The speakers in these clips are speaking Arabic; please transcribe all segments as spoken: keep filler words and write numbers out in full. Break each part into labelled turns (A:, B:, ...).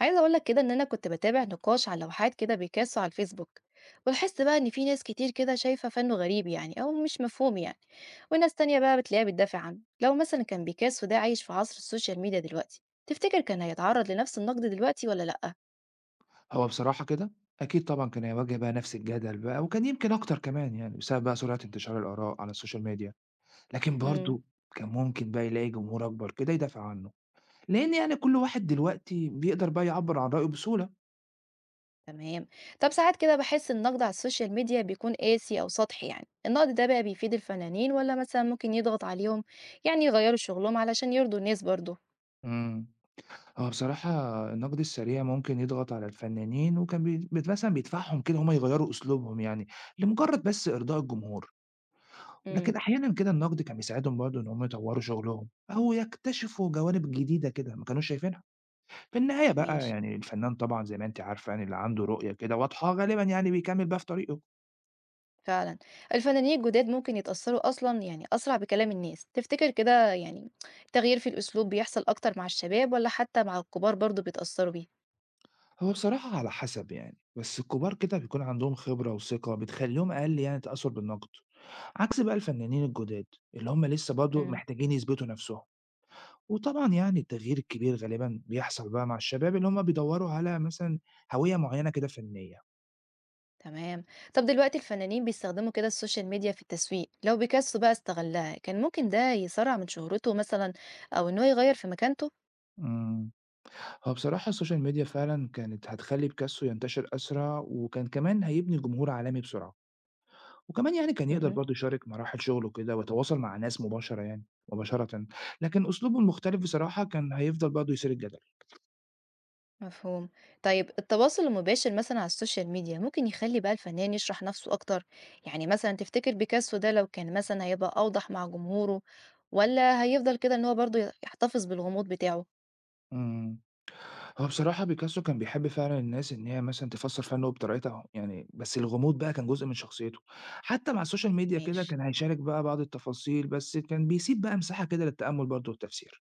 A: عايزة اقول لك كده ان انا كنت بتابع نقاش على لوحات كده بيكاسو على الفيسبوك. ولاحظت بقى ان في ناس كتير كده شايفة فنه غريب يعني او مش مفهوم يعني، وناس تانية بقى بتلاقيها بتدافع عنه. لو مثلا كان بيكاسو ده عايش في عصر السوشيال ميديا دلوقتي، تفتكر كان هيتعرض لنفس النقد دلوقتي ولا لأ؟
B: هو بصراحة كده أكيد طبعًا كان هيواجه بقى نفس الجدل بقى، وكان يمكن أكتر كمان يعني بسبب بقى سرعة انتشار الآراء على السوشيال ميديا، لكن
A: امم
B: برضه كان ممكن بقى يلاقي جمهور أكبر كده يدافع عنه، لإن يعني كل واحد دلوقتي بيقدر بقى يعبّر عن رأيه بسهولة.
A: تمام. طب ساعات كده بحس ان النقد على السوشيال ميديا بيكون قاسي او سطحي، يعني النقد ده بقى بيفيد الفنانين ولا مثلا ممكن يضغط عليهم يعني يغيروا شغلهم علشان يرضوا الناس برضه؟
B: إمم، هو بصراحة النقد السريع ممكن يضغط على الفنانين، وكان بي بت مثلًا بيدفعهم كده إن هم يغيّروا أسلوبهم يعني لمجرد بس إرضاء الجمهور، ولكن
A: امم
B: أحيانًا كده النقد كان بيساعدهم برضه إن هم يطوروا شغلهم أو يكتشفوا جوانب جديدة كده ما كانوش شايفينها. في النهاية بقى
A: ماشي،
B: يعني الفنان طبعًا زي ما أنتِ عارفة يعني اللي عنده رؤية كده واضحة غالبًا يعني بيكمّل بقى في طريقه،
A: فعلًا. الفنانين الجداد ممكن يتأثّروا أصلًا يعني أسرع بكلام الناس، تفتكر كده يعني التغيير في الأسلوب بيحصل أكتر مع الشباب والّا حتى مع الكبار برضه بيتأثّروا بيه؟
B: هو بصراحة على حسب يعني، بس الكبار كده بيكون عندهم خبرة وثقة بتخلّيهم أقل يعني تأثُّر بالنقد، عكس بقى الفنانين الجداد اللي هم لسه برضه
A: إمم،
B: محتاجين يثبتوا نَفْسهم، وطبعًا يعني التغيير الكبير غالبًا بيحصل بقى مع الشباب اللي هم بيدوّروا على مثلًا هوية معيّنة كده فنية.
A: تمام. طَب دلوقتي الفنانين بيستخدموا كده السوشيال ميديا في التسويق، لو بيكاسو بقى استغلها، كان ممكن ده يسرّع من شهرته مثلًا أو إن هو يغيّر في مكانته؟
B: إمم، هو بصراحة السوشيال ميديا فعلًا كانت هتخلّي بيكاسو ينتشر أسرع وكان كمان هيبني جمهور عالمي بسرعة. وكمان يعني كان يقدر
A: اهم.
B: برضه يشارك مراحل شغله كده ويتواصل مع ناس مباشرة يعني مباشرة. لكن أسلوبه المختلف بصراحة كان هيفضل برضه يثير الجدل.
A: مفهوم. طيب التواصل المباشر مثلًا على السوشيال ميديا ممكن يخلّي بقى الفنان يشرح نفسه أكتر؟ يعني مثلًا تفتكر بيكاسو ده لو كان مثلًا هيبقى أوضح مع جمهوره والّا هيفضل كده إن هو برضه ي يحتفظ بالغموض بتاعه؟
B: امم هو بصراحة بيكاسو كان بيحب فعلا الناس إن هي مثلا تفسر فنه بطريقتها يعني بس الغموض بقى كان جزء من شخصيته. حتى مع السوشيال ميديا كده
A: ماشي،
B: كان هيشارك بقى بعض التفاصيل بس كان بيسيب بقى مساحة كده للتأمل برضه والتفسير.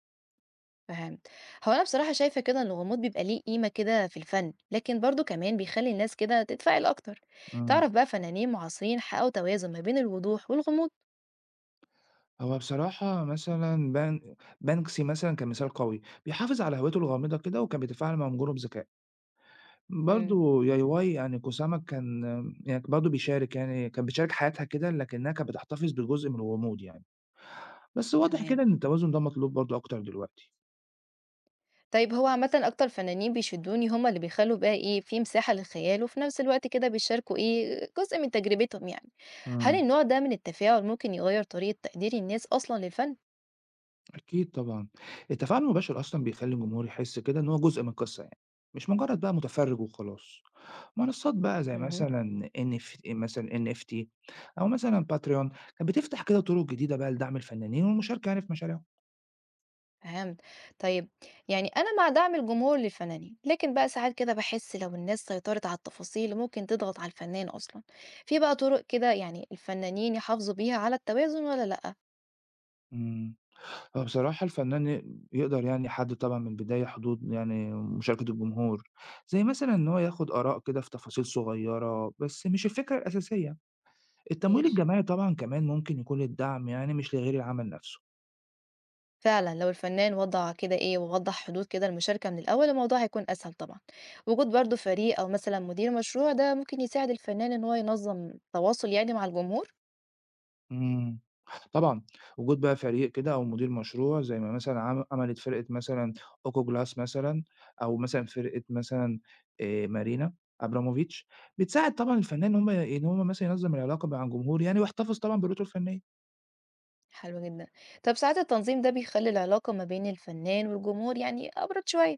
A: فهمت. هو أنا بصراحة شايفة كده إن الغموض بيبقى ليه قيمة كده في الفن، لكن برضه كمان بيخلّي الناس كده تتفاعل أكتر.
B: امم
A: تعرف بقى فنانين معاصرين حققوا توازن ما بين الوضوح والغموض؟
B: هو بصراحة مثلا بان... بانكسي مثلا كمثال قوي بيحافظ على هويته الغامضة كده وكان بيتفاعل مع جمهوره بذكاء.
A: إمم،
B: برضه يايوي يعني قُسامة كان يعني برضه بيشارك يعني كانت بتشارك حياتها كده، لكنها كانت بتحتفظ بجزء من الغموض يعني، بس واضح كده
A: تمام.
B: إن التوازن ده مطلوب برضه أكتر دلوقتي.
A: طيب هو عامة أكتر فنانين بيشدوني هما اللي بيخلوا بقى إيه في مساحة للخيال وفي نفس الوقت كده بيشاركوا إيه جزء من تجربتهم يعني، هل
B: إمم.
A: النوع ده من التفاعل ممكن يغير طريقة تقدير الناس أصلا للفن؟
B: أكيد طبعًا، التفاعل المباشر أصلًا بيخلّي الجمهور يحس كده إن هو جزء من القصة يعني، مش مجرد بقى متفرج وخلاص. منصات بقى زي
A: امم
B: مثلًا NF مثلًا إن إف تي أو مثلًا Patreon كانت بتفتح كده طرق جديدة بقى لدعم الفنانين والمشاركة يعني في مشاريعهم.
A: فهمت. طيب، يعني أنا مع دعم الجمهور للفنانين، لكن بقى ساعات كده بحس لو الناس سيطرت على التفاصيل ممكن تضغط على الفنان أصلا. في بقى طرق كده يعني الفنانين يحافظوا بيها على التوازن ولا لأ؟
B: إمم. هو بصراحة الفنان ي يقدر يعني يحدد طبعًا من البداية حدود يعني مشاركة الجمهور، زي مثلًا إن هو ياخد آراء كده في تفاصيل صغيرة، بس مش الفكرة الأساسية. التمويل
A: ماشي.
B: الجماعي طبعًا كمان ممكن يكون للدعم يعني مش لغير العمل نفسه.
A: فعلا لو الفنان وضع كده ايه ووضح حدود كده المشاركة من الأول الموضوع هيكون أسهل طبعا. وجود برضو فريق أو مثلا مدير مشروع ده ممكن يساعد الفنان إن هو ينظم تواصل يعني مع الجمهور.
B: إمم، طبعًا وجود بقى فريق كده أو مدير مشروع زي ما مثلًا عم عملت فرقة مثلًا أوكو جلاس مثلًا أو مثلًا فرقة مثلًا آآ مارينا أبراموفيتش، بتساعد طبعًا الفنان إن هم إن هم مثلًا ينظم العلاقة مع الجمهور يعني ويحتفظ طبعًا بقيمته الفنية.
A: حلو جدا. طب ساعات التنظيم ده بيخلي العلاقة ما بين الفنان والجمهور يعني أبرد شوية،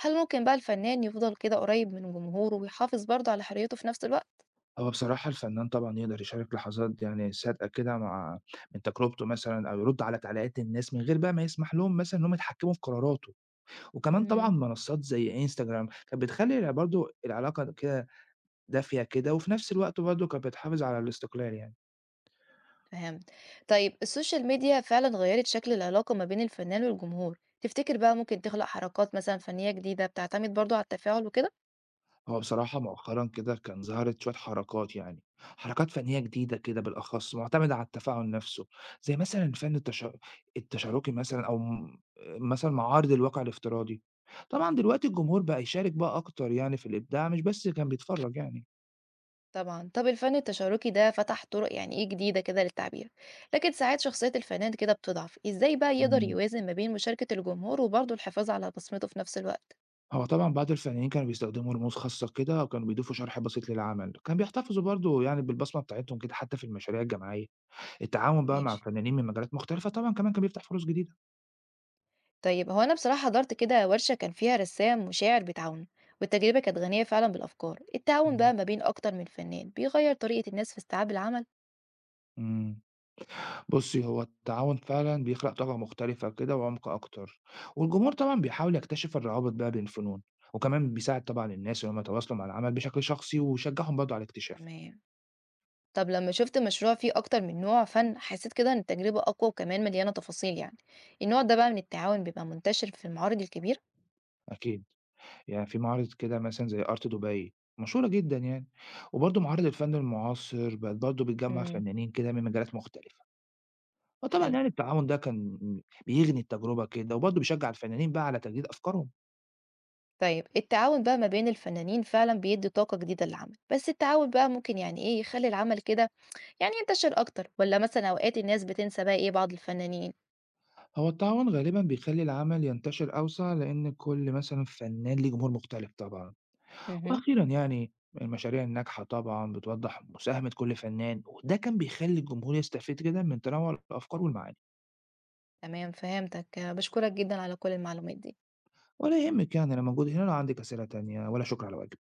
A: هل ممكن بقى الفنان يفضل كده قريب من جمهوره ويحافظ برضو على حريته في نفس الوقت؟
B: هو بصراحة الفنان طبعًا يقدر يشارك لحظات يعني صادقة كده مع من تجربته مثلًا أو يرد على تعليقات الناس من غير بقى ما يسمح لهم مثلًا إنهم يتحكموا في قراراته، وكمان طبعًا
A: مم.
B: منصات زي إنستجرام كانت بتخلّي ال برضه العلاقة كده دافية كده، وفي نفس الوقت برضه كانت بتحافظ على الاستقلال يعني.
A: فهمت. طيب السوشيال ميديا فعلًا غيّرت شكل العلاقة ما بين الفنان والجمهور، تفتكر بقى ممكن تخلق حركات مثلًا فنية جديدة بتعتمد برضه على التفاعل وكده؟
B: هو بصراحة مؤخرا كده كان ظهرت شوية حركات يعني حركات فنية جديدة كده بالأخص معتمدة على التفاعل نفسه، زي مثلا الفن التش... التشاركي مثلا أو م- مثلا معارض الواقع الافتراضي. طبعا دلوقتي الجمهور بقى يشارك بقى أكتر يعني في الإبداع مش بس كان بيتفرج يعني.
A: طبعًا. طب الفن التشاركي ده فتح طرق يعني إيه جديدة كده للتعبير، لكن ساعات شخصية الفنان كده بتضعف، إزاي بقى يقدر
B: مم.
A: يوازن ما بين مشاركة الجمهور وبرضه الحفاظ على بصمته في نفس الوقت؟
B: هو طبعا بعض الفنانين كانوا بيستخدموا رموز خاصة كده وكانوا بيضيفوا شرح بسيط للعمل كان بيحتفظوا برضو يعني بالبصمة بتاعتهم كده حتى في المشاريع الجماعية. التعاون بقى مع
A: ماشي.
B: فنانين من مجالات مختلفة طبعا كمان كان بيفتح فرص جديدة.
A: طيب هو أنا بصراحة حضرت كده ورشة كان فيها رسام وشاعر بيتعاونوا، والتجربة كانت غنية فعلًا بالأفكار، التعاون بقى
B: مم.
A: ما بين أكتر من فنان بيغيّر طريقة الناس في استيعاب العمل؟
B: مم. بُصّي، هو التعاون فعلًا بيخلق طاقة مختلفة كده وعمق أكتر، والجمهور طبعًا بيحاول يكتشف الروابط بقى بين الفنون، وكمان بيساعد طبعًا الناس إن هم يتواصلوا مع العمل بشكل شخصي ويشجعهم برضه على الاكتشاف،
A: تمام. طب لما شفت مشروع فيه أكتر من نوع فن حسيت كده إن التجربة أقوى وكمان مليانة تفاصيل يعني، النوع ده بقى من التعاون بيبقى منتشر في المعارض الكبيرة؟
B: أكيد، يعني في معارض كده مثلًا زي Art دبي مشهورة جدًا يعني، وبرضه معارض الفن المعاصر بقت برضه بتجمّع
A: امم
B: فنانين كده من مجالات مختلفة، فطبعًا
A: حلو.
B: يعني التعاون ده كان بيغني التجربة كده وبرضه بيشجع الفنانين بقى على تجديد أفكارهم.
A: طيب التعاون بقى ما بين الفنانين فعلا بيدي طاقة جديدة للعمل، بس التعاون بقى ممكن يعني إيه يخلي العمل كده يعني ينتشر أكتر ولا مثلا أوقات الناس بتنسى بقى إيه بعض الفنانين؟
B: هو التعاون غالبا بيخلي العمل ينتشر أوسع لأن كل مثلا فنان ليه جمهور مختلف طبعا،
A: امم
B: وأخيرا يعني المشاريع الناجحة طبعا بتوضح مساهمة كل فنان وده كان بيخلي الجمهور يستفيد جدا من تنوع الأفكار والمعاني.
A: تمام. فهمتك، بشكرك جدا على كل المعلومات دي.
B: ولا يهمك يعني أنا موجود هنا لو عندك أسئلة تانية، ولا شكر على واجب.